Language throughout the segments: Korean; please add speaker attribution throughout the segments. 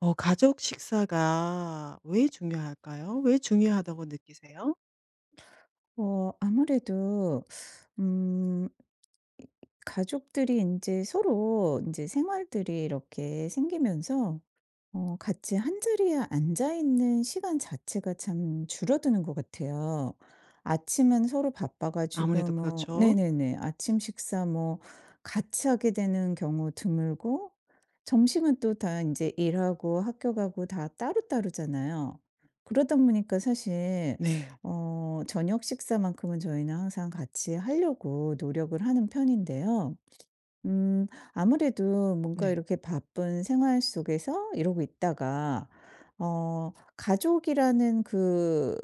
Speaker 1: 가족 식사가 왜 중요할까요? 왜 중요하다고 느끼세요?
Speaker 2: 아무래도 음 가족들이 이제 서로 이제 생활들이 이렇게 생기면서 같이 한 자리에 앉아 있는 시간 자체가 참 줄어드는 것 같아요. 아침은 서로 바빠 가지고
Speaker 1: 아무래도
Speaker 2: 뭐
Speaker 1: 그렇죠.
Speaker 2: 네네네. 아침 식사 뭐 같이 하게 되는 경우 드물고, 점심은 또 다 이제 일하고 학교 가고 다 따로따로잖아요. 그러다 보니까 사실
Speaker 1: 네.
Speaker 2: 저녁 식사만큼은 저희는 항상 같이 하려고 노력을 하는 편인데요. 음 아무래도 뭔가
Speaker 1: 네.
Speaker 2: 이렇게 바쁜 생활 속에서 이러고 있다가 어 가족이라는 그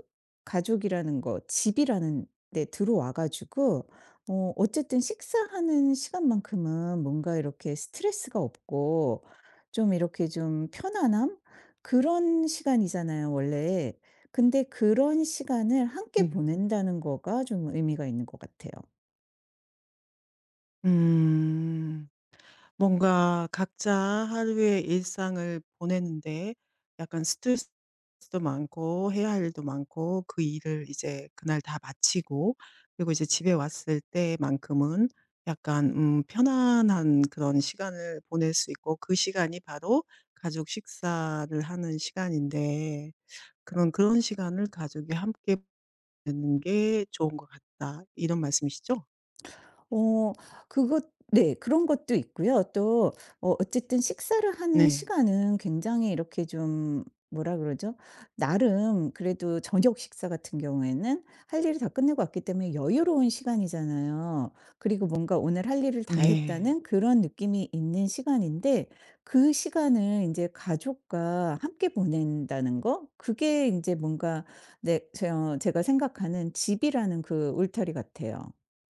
Speaker 2: 가족이라는 거, 집이라는 데 들어와 가지고 어쨌든 식사하는 시간만큼은 뭔가 이렇게 스트레스가 없고 좀 이렇게 좀 편안함? 그런 시간이잖아요 원래. 근데 그런 시간을 함께
Speaker 1: 음.
Speaker 2: 보낸다는 거가 좀 의미가 있는 것 같아요.
Speaker 1: 음. 뭔가 각자 하루의 일상을 보내는데 약간 스트레스도 많고 해야 할 일도 많고 그 일을 이제 그날 다 마치고 그리고 이제 집에 왔을 때만큼은 약간 편안한 그런 시간을 보낼 수 있고 그 시간이 바로 가족 식사를 하는 시간인데 그런 시간을 가족이 함께 보내는 게 좋은 것 같다. 이런 말씀이시죠?
Speaker 2: 어 그것 네. 그런 것도 있고요. 또 어쨌든 식사를 하는
Speaker 1: 네.
Speaker 2: 시간은 굉장히 이렇게 좀 뭐라 그러죠? 나름 그래도 저녁 식사 같은 경우에는 할 일을 다 끝내고 왔기 때문에 여유로운 시간이잖아요. 그리고 뭔가 오늘 할 일을 다
Speaker 1: 네.
Speaker 2: 했다는 그런 느낌이 있는 시간인데, 그 시간을 이제 가족과 함께 보낸다는 거? 그게 이제 뭔가 네, 제가 생각하는 집이라는 그 울타리 같아요.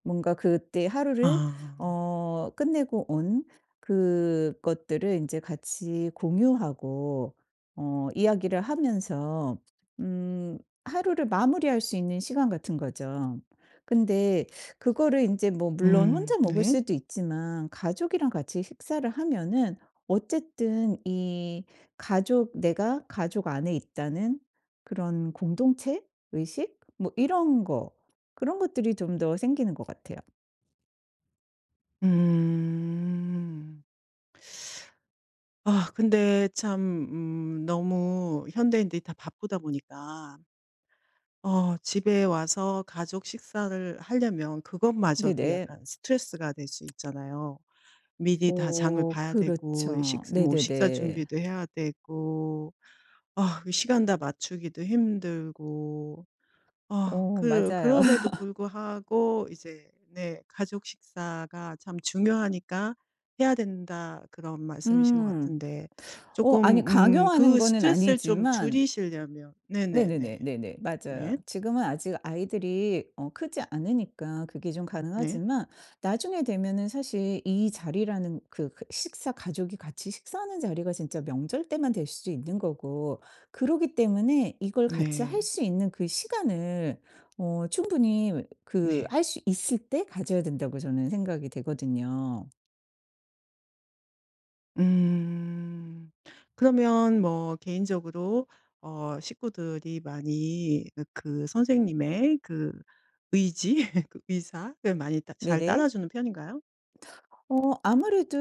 Speaker 2: 뭔가 그때 하루를
Speaker 1: 아.
Speaker 2: 끝내고 온 그것들을 이제 같이 공유하고 이야기를 하면서 음 하루를 마무리할 수 있는 시간 같은 거죠. 근데 그거를 이제 뭐 물론
Speaker 1: 음.
Speaker 2: 혼자 먹을
Speaker 1: 네.
Speaker 2: 수도 있지만 가족이랑 같이 식사를 하면은 어쨌든 이 가족 내가 가족 안에 있다는 그런 공동체 의식 뭐 이런 거, 그런 것들이 좀 더 생기는 것 같아요.
Speaker 1: 음. 아 근데 참 너무 현대인들이 다 바쁘다 보니까 집에 와서 가족 식사를 하려면 그것마저도
Speaker 2: 네네.
Speaker 1: 약간 스트레스가 될 수 있잖아요. 미리 다 장을 봐야 되고 식
Speaker 2: 그렇죠.
Speaker 1: 뭐 식사
Speaker 2: 네네네.
Speaker 1: 준비도 해야 되고 아 그 시간 다 맞추기도 힘들고 그
Speaker 2: 맞아요.
Speaker 1: 그럼에도 불구하고 이제 네 "가족 식사가 참 중요하니까 해야 된다." 그런 말씀이신 것
Speaker 2: 음.
Speaker 1: 같은데 조금
Speaker 2: 아니, 강요하는
Speaker 1: 그
Speaker 2: 거는
Speaker 1: 스트레스를 좀
Speaker 2: 아니지만
Speaker 1: 줄이시려면
Speaker 2: 네네네.
Speaker 1: 네네네.
Speaker 2: 네네. 맞아요.
Speaker 1: 네.
Speaker 2: 지금은 아직 아이들이 크지 않으니까 그게 좀
Speaker 1: 네.
Speaker 2: 가능하지만, 나중에 되면은 사실 이 자리라는 그그 식사, 가족이 같이 식사하는 자리가 진짜 명절 때만 될 수도 있는 거고, 그러기 때문에 이걸 같이 할
Speaker 1: 네.
Speaker 2: 수 있는 그 시간을 충분히 그
Speaker 1: 네.
Speaker 2: 할 수 있을 때 가져야 된다고 저는 생각이 되거든요.
Speaker 1: 음. 그러면 뭐 개인적으로 식구들이 많이 그 선생님의 그 의지 그 의사를 많이 따 잘
Speaker 2: 네네.
Speaker 1: 따라주는 편인가요?
Speaker 2: 어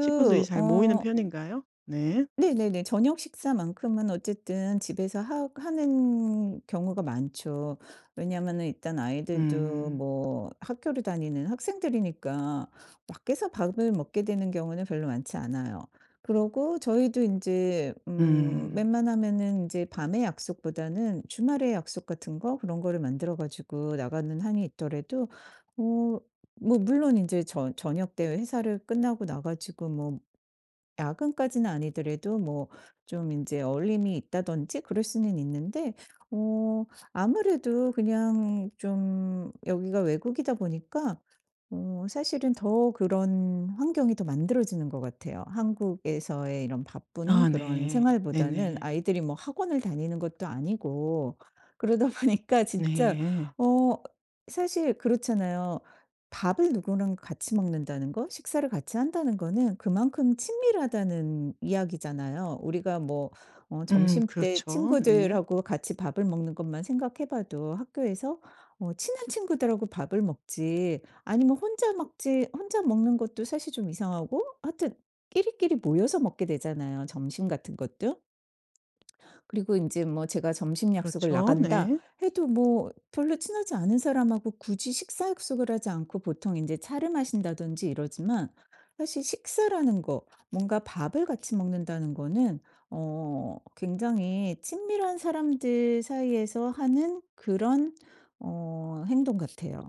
Speaker 1: 식구들이 잘 모이는 편인가요? 네.
Speaker 2: 네네네. 저녁 식사만큼은 어쨌든 집에서 하 하는 경우가 많죠. 왜냐하면은 일단 아이들도
Speaker 1: 음.
Speaker 2: 뭐 학교를 다니는 학생들이니까 밖에서 밥을 먹게 되는 경우는 별로 많지 않아요. 그러고 저희도 이제
Speaker 1: 음.
Speaker 2: 웬만하면은 이제 밤의 약속보다는 주말의 약속 같은 거, 그런 거를 만들어 가지고 나가는 한이 있더라도 어 뭐 물론 이제 저녁 때 회사를 끝나고 나 가지고 뭐 야근까지는 아니더라도 뭐 좀 이제 어울림이 있다든지 그럴 수는 있는데, 어 아무래도 그냥 좀 여기가 외국이다 보니까 사실은 더 그런 환경이 더 만들어지는 것 같아요. 한국에서의 이런 바쁜
Speaker 1: 아
Speaker 2: 그런
Speaker 1: 네.
Speaker 2: 생활보다는
Speaker 1: 네네.
Speaker 2: 아이들이 뭐 학원을 다니는 것도 아니고. 그러다 보니까 진짜
Speaker 1: 네.
Speaker 2: 어 사실 그렇잖아요. 밥을 누구랑 같이 먹는다는 거, 식사를 같이 한다는 거는 그만큼 친밀하다는 이야기잖아요. 우리가 뭐 점심때
Speaker 1: 그렇죠. 네.
Speaker 2: 친구들하고 같이 밥을 먹는 것만 생각해 봐도, 학교에서 친한 친구들하고 밥을 먹지 아니면 혼자 먹지, 혼자 먹는 것도 사실 좀 이상하고 하여튼 끼리끼리 모여서 먹게 되잖아요, 점심 같은 것도. 그리고 인제 뭐 제가 "점심 약속을
Speaker 1: 그렇죠.
Speaker 2: 나간다."
Speaker 1: 네.
Speaker 2: 해도 뭐 별로 친하지 않은 사람하고 굳이 식사 약속을 하지 않고 보통 인제 차를 마신다든지 이러지만, 사실 식사라는 거, 뭔가 밥을 같이 먹는다는 거는 굉장히 친밀한 사람들 사이에서 하는 그런 행동 같아요.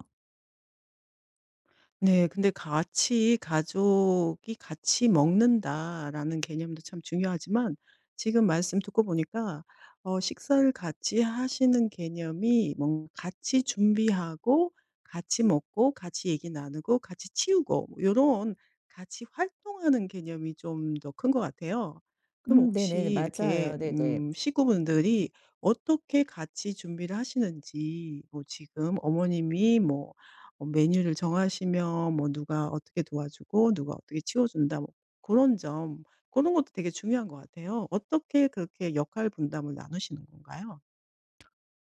Speaker 1: 네. 근데 같이 가족이 같이 먹는다라는 개념도 참 중요하지만 지금 말씀 듣고 보니까 식사를 같이 하시는 개념이 뭔가 같이 준비하고 같이 먹고 같이 얘기 나누고 같이 치우고 이런 같이 활동하는 개념이 좀 더 큰 것 같아요. 그럼
Speaker 2: 음.
Speaker 1: 혹시
Speaker 2: 네네.
Speaker 1: 이렇게
Speaker 2: 맞아요. 네네.
Speaker 1: 식구분들이 어떻게 같이 준비를 하시는지 뭐 지금 어머님이 뭐 뭐 메뉴를 정하시면 뭐 누가 어떻게 도와주고 누가 어떻게 치워준다 뭐 그런 점 그런 것도 되게 중요한 것 같아요. 어떻게 그렇게 역할 분담을 나누시는 건가요?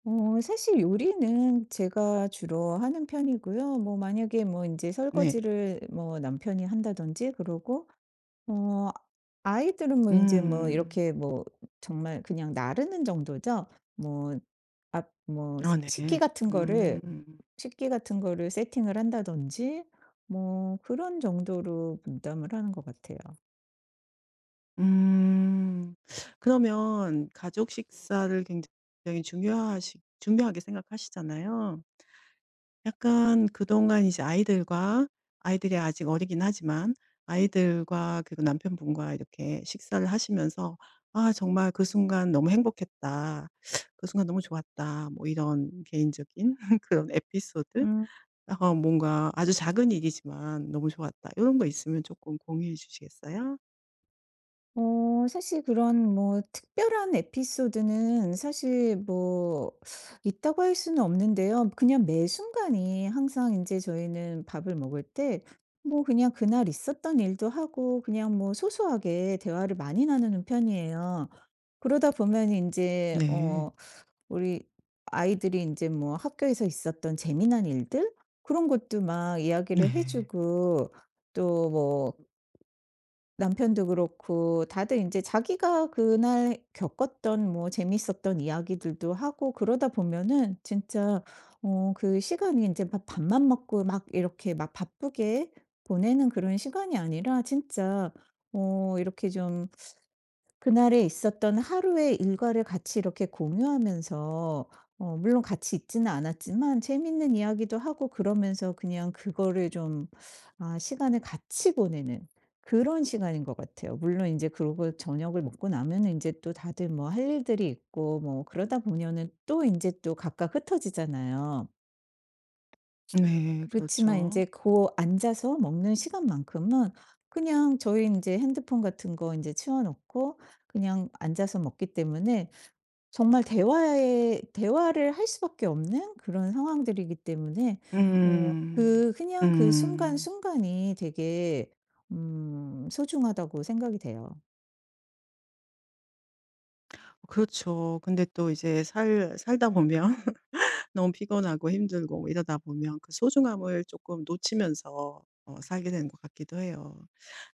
Speaker 2: 사실 요리는 제가 주로 하는 편이고요. 뭐 만약에 뭐 이제
Speaker 1: 네.
Speaker 2: 설거지를 뭐 남편이 한다든지 그러고 어 아이들은 뭐 이제 뭐
Speaker 1: 음.
Speaker 2: 이렇게 뭐 정말 그냥 나르는 정도죠. 뭐 앞 뭐
Speaker 1: 아
Speaker 2: 식
Speaker 1: 네.
Speaker 2: 식기 같은
Speaker 1: 음.
Speaker 2: 거를 세팅을 한다든지 뭐 그런 정도로 분담을 하는 것 같아요.
Speaker 1: 음. 그러면 가족 식사를 굉장히 중요하시 중요하게 생각하시잖아요. 약간 그동안 이제 아이들과 아이들이 아직 어리긴 하지만 아이들과 그리고 남편분과 이렇게 식사를 하시면서 '아 정말 그 순간 너무 행복했다. 그 순간 너무 좋았다.' 뭐 이런 개인적인 그런 에피소드?
Speaker 2: 음.
Speaker 1: 뭔가 아주 작은 일이지만 '너무 좋았다.' 이런 거 있으면 조금 공유해 주시겠어요?
Speaker 2: 사실 그런 뭐 특별한 에피소드는 사실 뭐 있다고 할 수는 없는데요. 그냥 매 순간이 항상 이제 저희는 밥을 먹을 때 뭐 그냥 그날 있었던 일도 하고 그냥 뭐 소소하게 대화를 많이 나누는 편이에요. 그러다 보면 이제
Speaker 1: 네.
Speaker 2: 우리 아이들이 이제 뭐 학교에서 있었던 재미난 일들, 그런 것도 막 이야기를 해
Speaker 1: 네.
Speaker 2: 주고, 또뭐 남편도 그렇고 다들 이제 자기가 그날 겪었던 뭐 재밌었던 이야기들도 하고, 그러다 보면은 진짜 그 시간이 인제 막 밥만 먹고 막 이렇게 막 바쁘게 보내는 그런 시간이 아니라, 진짜 이렇게 좀 그날에 있었던 하루의 일과를 같이 이렇게 공유하면서 물론 같이 있지는 않았지만 재밌는 이야기도 하고, 그러면서 그냥 그거를 좀 시간을 같이 보내는 그런 시간인 것 같아요. 물론 인제 그러고 저녁을 먹고 나면은 인제 또 다들 뭐 할 일들이 있고 뭐 그러다 보면은 또 인제 또 각각 흩어지잖아요.
Speaker 1: 네.
Speaker 2: 그렇지만
Speaker 1: 그렇죠.
Speaker 2: 인제 고 앉아서 먹는 시간만큼은 그냥 저희 인제 핸드폰 같은 거 인제 치워 놓고 그냥 앉아서 먹기 때문에 정말 대화에 대화를 할 수밖에 없는 그런 상황들이기 때문에
Speaker 1: 음.
Speaker 2: 그냥 그
Speaker 1: 음.
Speaker 2: 순간순간이 되게 소중하다고 생각이 돼요.
Speaker 1: 그렇죠. 근데 또 이제 살 살다 보면 너무 피곤하고 힘들고 뭐 이러다 보면 그 소중함을 조금 놓치면서 살게 되는 것 같기도 해요.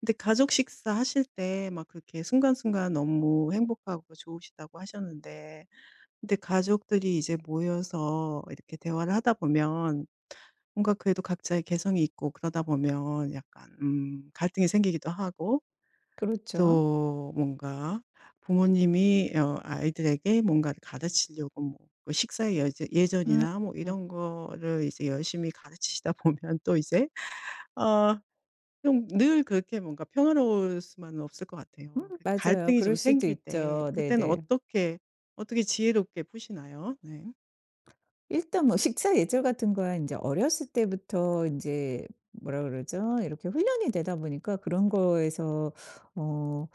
Speaker 1: 근데 가족 식사하실 때 막 그렇게 순간순간 너무 행복하고 좋으시다고 하셨는데 근데 가족들이 이제 모여서 이렇게 대화를 하다 보면 뭔가 그래도 각자의 개성이 있고 그러다 보면 약간 갈등이 생기기도 하고
Speaker 2: 그렇죠.
Speaker 1: 또 뭔가 부모님이 아이들에게 뭔가를 가르치려고 뭐그 식사의 여제
Speaker 2: 음.
Speaker 1: 예절이나 뭐
Speaker 2: 음.
Speaker 1: 이런 거를 이제 열심히 가르치시다 보면 또 이제 어 좀 늘 그렇게 뭔가 평화로울 수만은 없을 것 같아요.
Speaker 2: 음,
Speaker 1: 그
Speaker 2: 맞아요.
Speaker 1: 갈등이 좀
Speaker 2: 그럴 수도
Speaker 1: 생길 때
Speaker 2: 있죠.
Speaker 1: 그때는
Speaker 2: 네네.
Speaker 1: 어떻게, 어떻게 지혜롭게 푸시나요? 네.
Speaker 2: 일단 뭐 식사 예절 같은 거야 이제 어렸을 때부터 인제 뭐라 그러죠? 이렇게 훈련이 되다 보니까 그런 거에서 어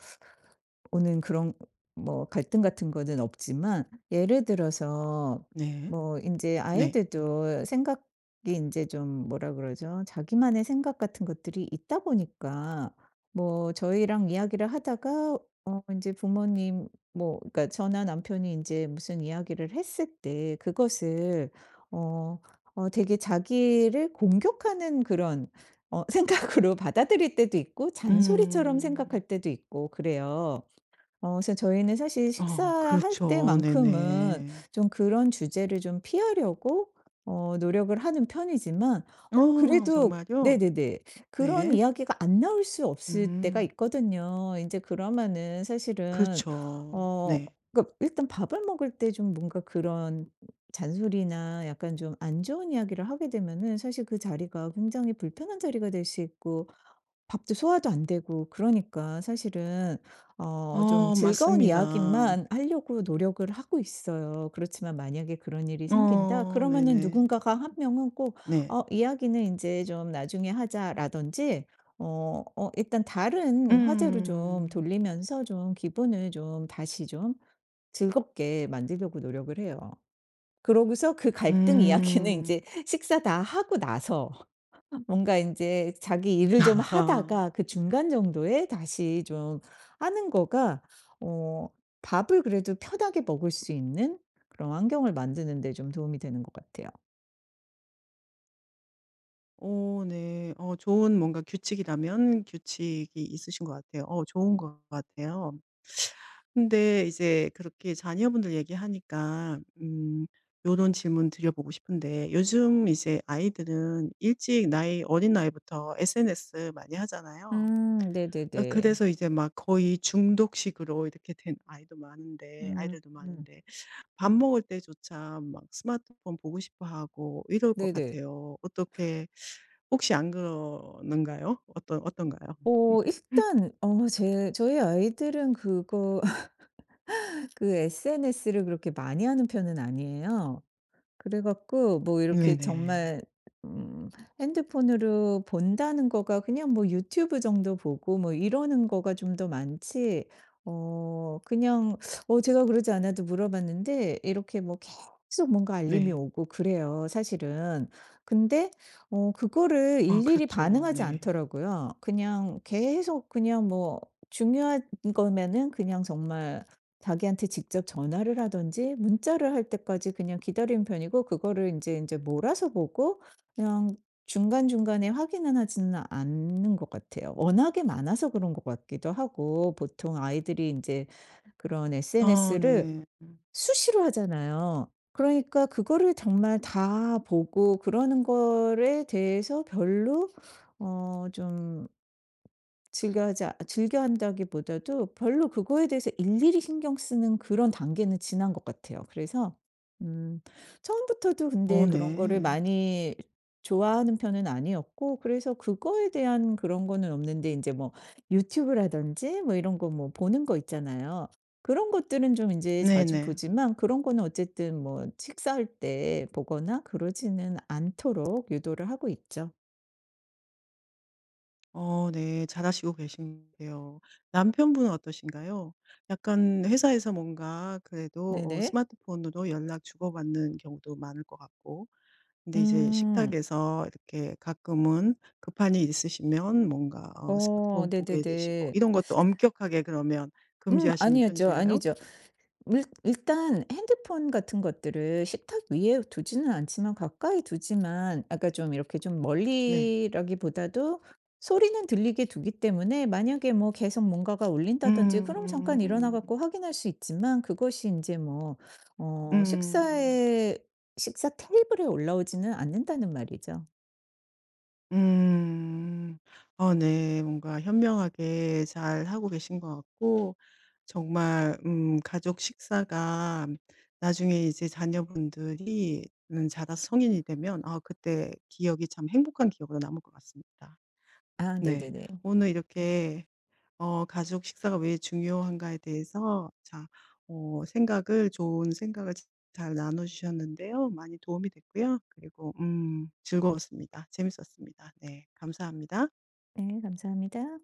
Speaker 2: 오는 그런 뭐 갈등 같은 거는 없지만, 예를 들어서
Speaker 1: 네.
Speaker 2: 뭐 이제
Speaker 1: 네.
Speaker 2: 아이들도 생각이 이제 좀 뭐라 그러죠? 자기만의 생각 같은 것들이 있다 보니까 뭐 저희랑 이야기를 하다가 어제 부모님, 뭐 그러니까 저나 남편이 이제 무슨 이야기를 했을 때 그것을 어 되게 자기를 공격하는 그런 생각으로 받아들일 때도 있고 잔소리처럼
Speaker 1: 음.
Speaker 2: 생각할 때도 있고 그래요. 그래서 저희는 사실
Speaker 1: 어
Speaker 2: 식사할
Speaker 1: 그렇죠.
Speaker 2: 때만큼은
Speaker 1: 네네.
Speaker 2: 좀 그런 주제를 좀 피하려고 노력을 하는 편이지만,
Speaker 1: 어
Speaker 2: 그래도
Speaker 1: 정말요?
Speaker 2: 네네네. 그런
Speaker 1: 네.
Speaker 2: 이야기가 안 나올 수 없을 때가
Speaker 1: 음.
Speaker 2: 있거든요. 이제 그러면은 사실은
Speaker 1: 그렇죠.
Speaker 2: 어
Speaker 1: 네.
Speaker 2: 그러니까 일단 밥을 먹을 때 좀 뭔가 그런 잔소리나 약간 좀 안 좋은 이야기를 하게 되면은 사실 그 자리가 굉장히 불편한 자리가 될 수 있고 밥도 소화도 안 되고, 그러니까 사실은 좀
Speaker 1: 어
Speaker 2: 즐거운
Speaker 1: 맞습니다.
Speaker 2: 이야기만 하려고 노력을 하고 있어요. 그렇지만 만약에 그런 일이 생긴다
Speaker 1: 어
Speaker 2: 그러면은
Speaker 1: 네네.
Speaker 2: 누군가가 한 명은 꼭
Speaker 1: 네.
Speaker 2: 이야기는 이제 좀 나중에 하자."라든지 일단 다른 화제로 좀
Speaker 1: 음.
Speaker 2: 돌리면서 좀 기분을 좀 다시 좀 즐겁게 만들려고 노력을 해요. 그러고서 그 갈등 이야기는 이제
Speaker 1: 음.
Speaker 2: 식사 다 하고 나서 뭔가 이제 자기 일을 좀
Speaker 1: 아하.
Speaker 2: 하다가 그 중간 정도에 다시 좀 하는 거가 어 밥을 그래도 편하게 먹을 수 있는 그런 환경을 만드는 데 좀 도움이 되는 것 같아요.
Speaker 1: 오 네. 좋은 뭔가 규칙이라면 규칙이 있으신 것 같아요. 어 좋은 것 같아요. 근데 이제 그렇게 자녀분들 얘기하니까 요런 질문 드려보고 싶은데 요즘 이제 아이들은 일찍 나이 어린 나이부터 SNS 많이 하잖아요.
Speaker 2: 음. 네네네.
Speaker 1: 그래서 이제 막 거의 중독식으로 이렇게 된 아이도 많은데
Speaker 2: 음.
Speaker 1: 아이들도
Speaker 2: 음,
Speaker 1: 많은데 밥 먹을 때조차 막 스마트폰 보고 싶어 하고 이럴 것
Speaker 2: 네네.
Speaker 1: 같아요. 어떻게 혹시 안 그러는가요? 어떤 어떤가요?
Speaker 2: 일단 제 저희 아이들은 그거 그 SNS를 그렇게 많이 하는 편은 아니에요. 그래 갖고 뭐 이렇게
Speaker 1: 네네.
Speaker 2: 정말 음 핸드폰으로 본다는 거가 그냥 뭐 유튜브 정도 보고 뭐 이러는 거가 좀 더 많지, 그냥 제가 그러지 않아도 물어봤는데 이렇게 뭐 계속 뭔가 알림이
Speaker 1: 네.
Speaker 2: 오고 그래요 사실은. 근데 그거를
Speaker 1: 아
Speaker 2: 일일이
Speaker 1: 그렇죠.
Speaker 2: 반응하지
Speaker 1: 네.
Speaker 2: 않더라고요. 그냥 계속 그냥 뭐 중요한 거면은 그냥 정말 자기한테 직접 전화를 하든지 문자를 할 때까지 그냥 기다리는 편이고, 그거를 인제 몰아서 보고 그냥 중간중간에 확인은 하지는 않는 것 같아요. 워낙에 많아서 그런 것 같기도 하고, 보통 아이들이 인제 그런
Speaker 1: 아
Speaker 2: SNS를
Speaker 1: 네. 음.
Speaker 2: 수시로 하잖아요. 그러니까 그거를 정말 다 보고 그러는 거에 대해서 별로 어좀 즐겨 한다기보다도 별로 그거에 대해서 일일이 신경 쓰는 그런 단계는 지난 것 같아요. 그래서 음 처음부터도
Speaker 1: 어
Speaker 2: 근데 그런 거를
Speaker 1: 네.
Speaker 2: 많이 좋아하는 편은 아니었고, 그래서 그거에 대한 그런 거는 없는데 인제 뭐 유튜브라든지 뭐 이런 거 뭐 보는 거 있잖아요. 그런 것들은 좀 인제 자주
Speaker 1: 네네.
Speaker 2: 보지만, 그런 거는 어쨌든 뭐 식사할 때 보거나 그러지는 않도록 유도를 하고 있죠.
Speaker 1: 어 네. 잘하시고 계신데요. 남편분은 어떠신가요? 약간 회사에서 뭔가 그래도
Speaker 2: 네네.
Speaker 1: 스마트폰으로 연락 주고받는 경우도 많을 것 같고 근데 이제
Speaker 2: 음.
Speaker 1: 식탁에서 이렇게 가끔은 급한 일 있으시면 뭔가 스마트폰 보게 되시고
Speaker 2: 네네네.
Speaker 1: 이런 것도 엄격하게 그러면 금지하시는
Speaker 2: 아니었죠.
Speaker 1: 편이신가요?
Speaker 2: 아니죠. 일 일단 핸드폰 같은 것들을 식탁 위에 두지는 않지만 가까이 두지만, 아까 좀 이렇게 좀
Speaker 1: 네. 네.
Speaker 2: 멀리라기보다도 소리는 들리게 두기 때문에 만약에 뭐 계속 뭔가가 울린다든지 그럼 잠깐 일어나
Speaker 1: 음.
Speaker 2: 갖고 확인할 수 있지만, 그것이 이제 뭐 어
Speaker 1: 음.
Speaker 2: 식사에 식사 테이블에 올라오지는 않는다는 말이죠.
Speaker 1: 음. 어 네. 뭔가 현명하게 잘하고 계신 것 같고 정말 가족 식사가 나중에 이제 자녀분들이 자라서 성인이 되면 아 그때 기억이 참 행복한 기억으로 남을 것 같습니다.
Speaker 2: 아
Speaker 1: 네.
Speaker 2: 네네네.
Speaker 1: 오늘 이렇게 가족 식사가 왜 중요한가에 대해서 자 생각을 좋은 생각을 잘 나눠 주셨는데요. 많이 도움이 됐고요. 그리고 즐거웠습니다. 재밌었습니다. 네. 감사합니다.
Speaker 2: 네 감사합니다.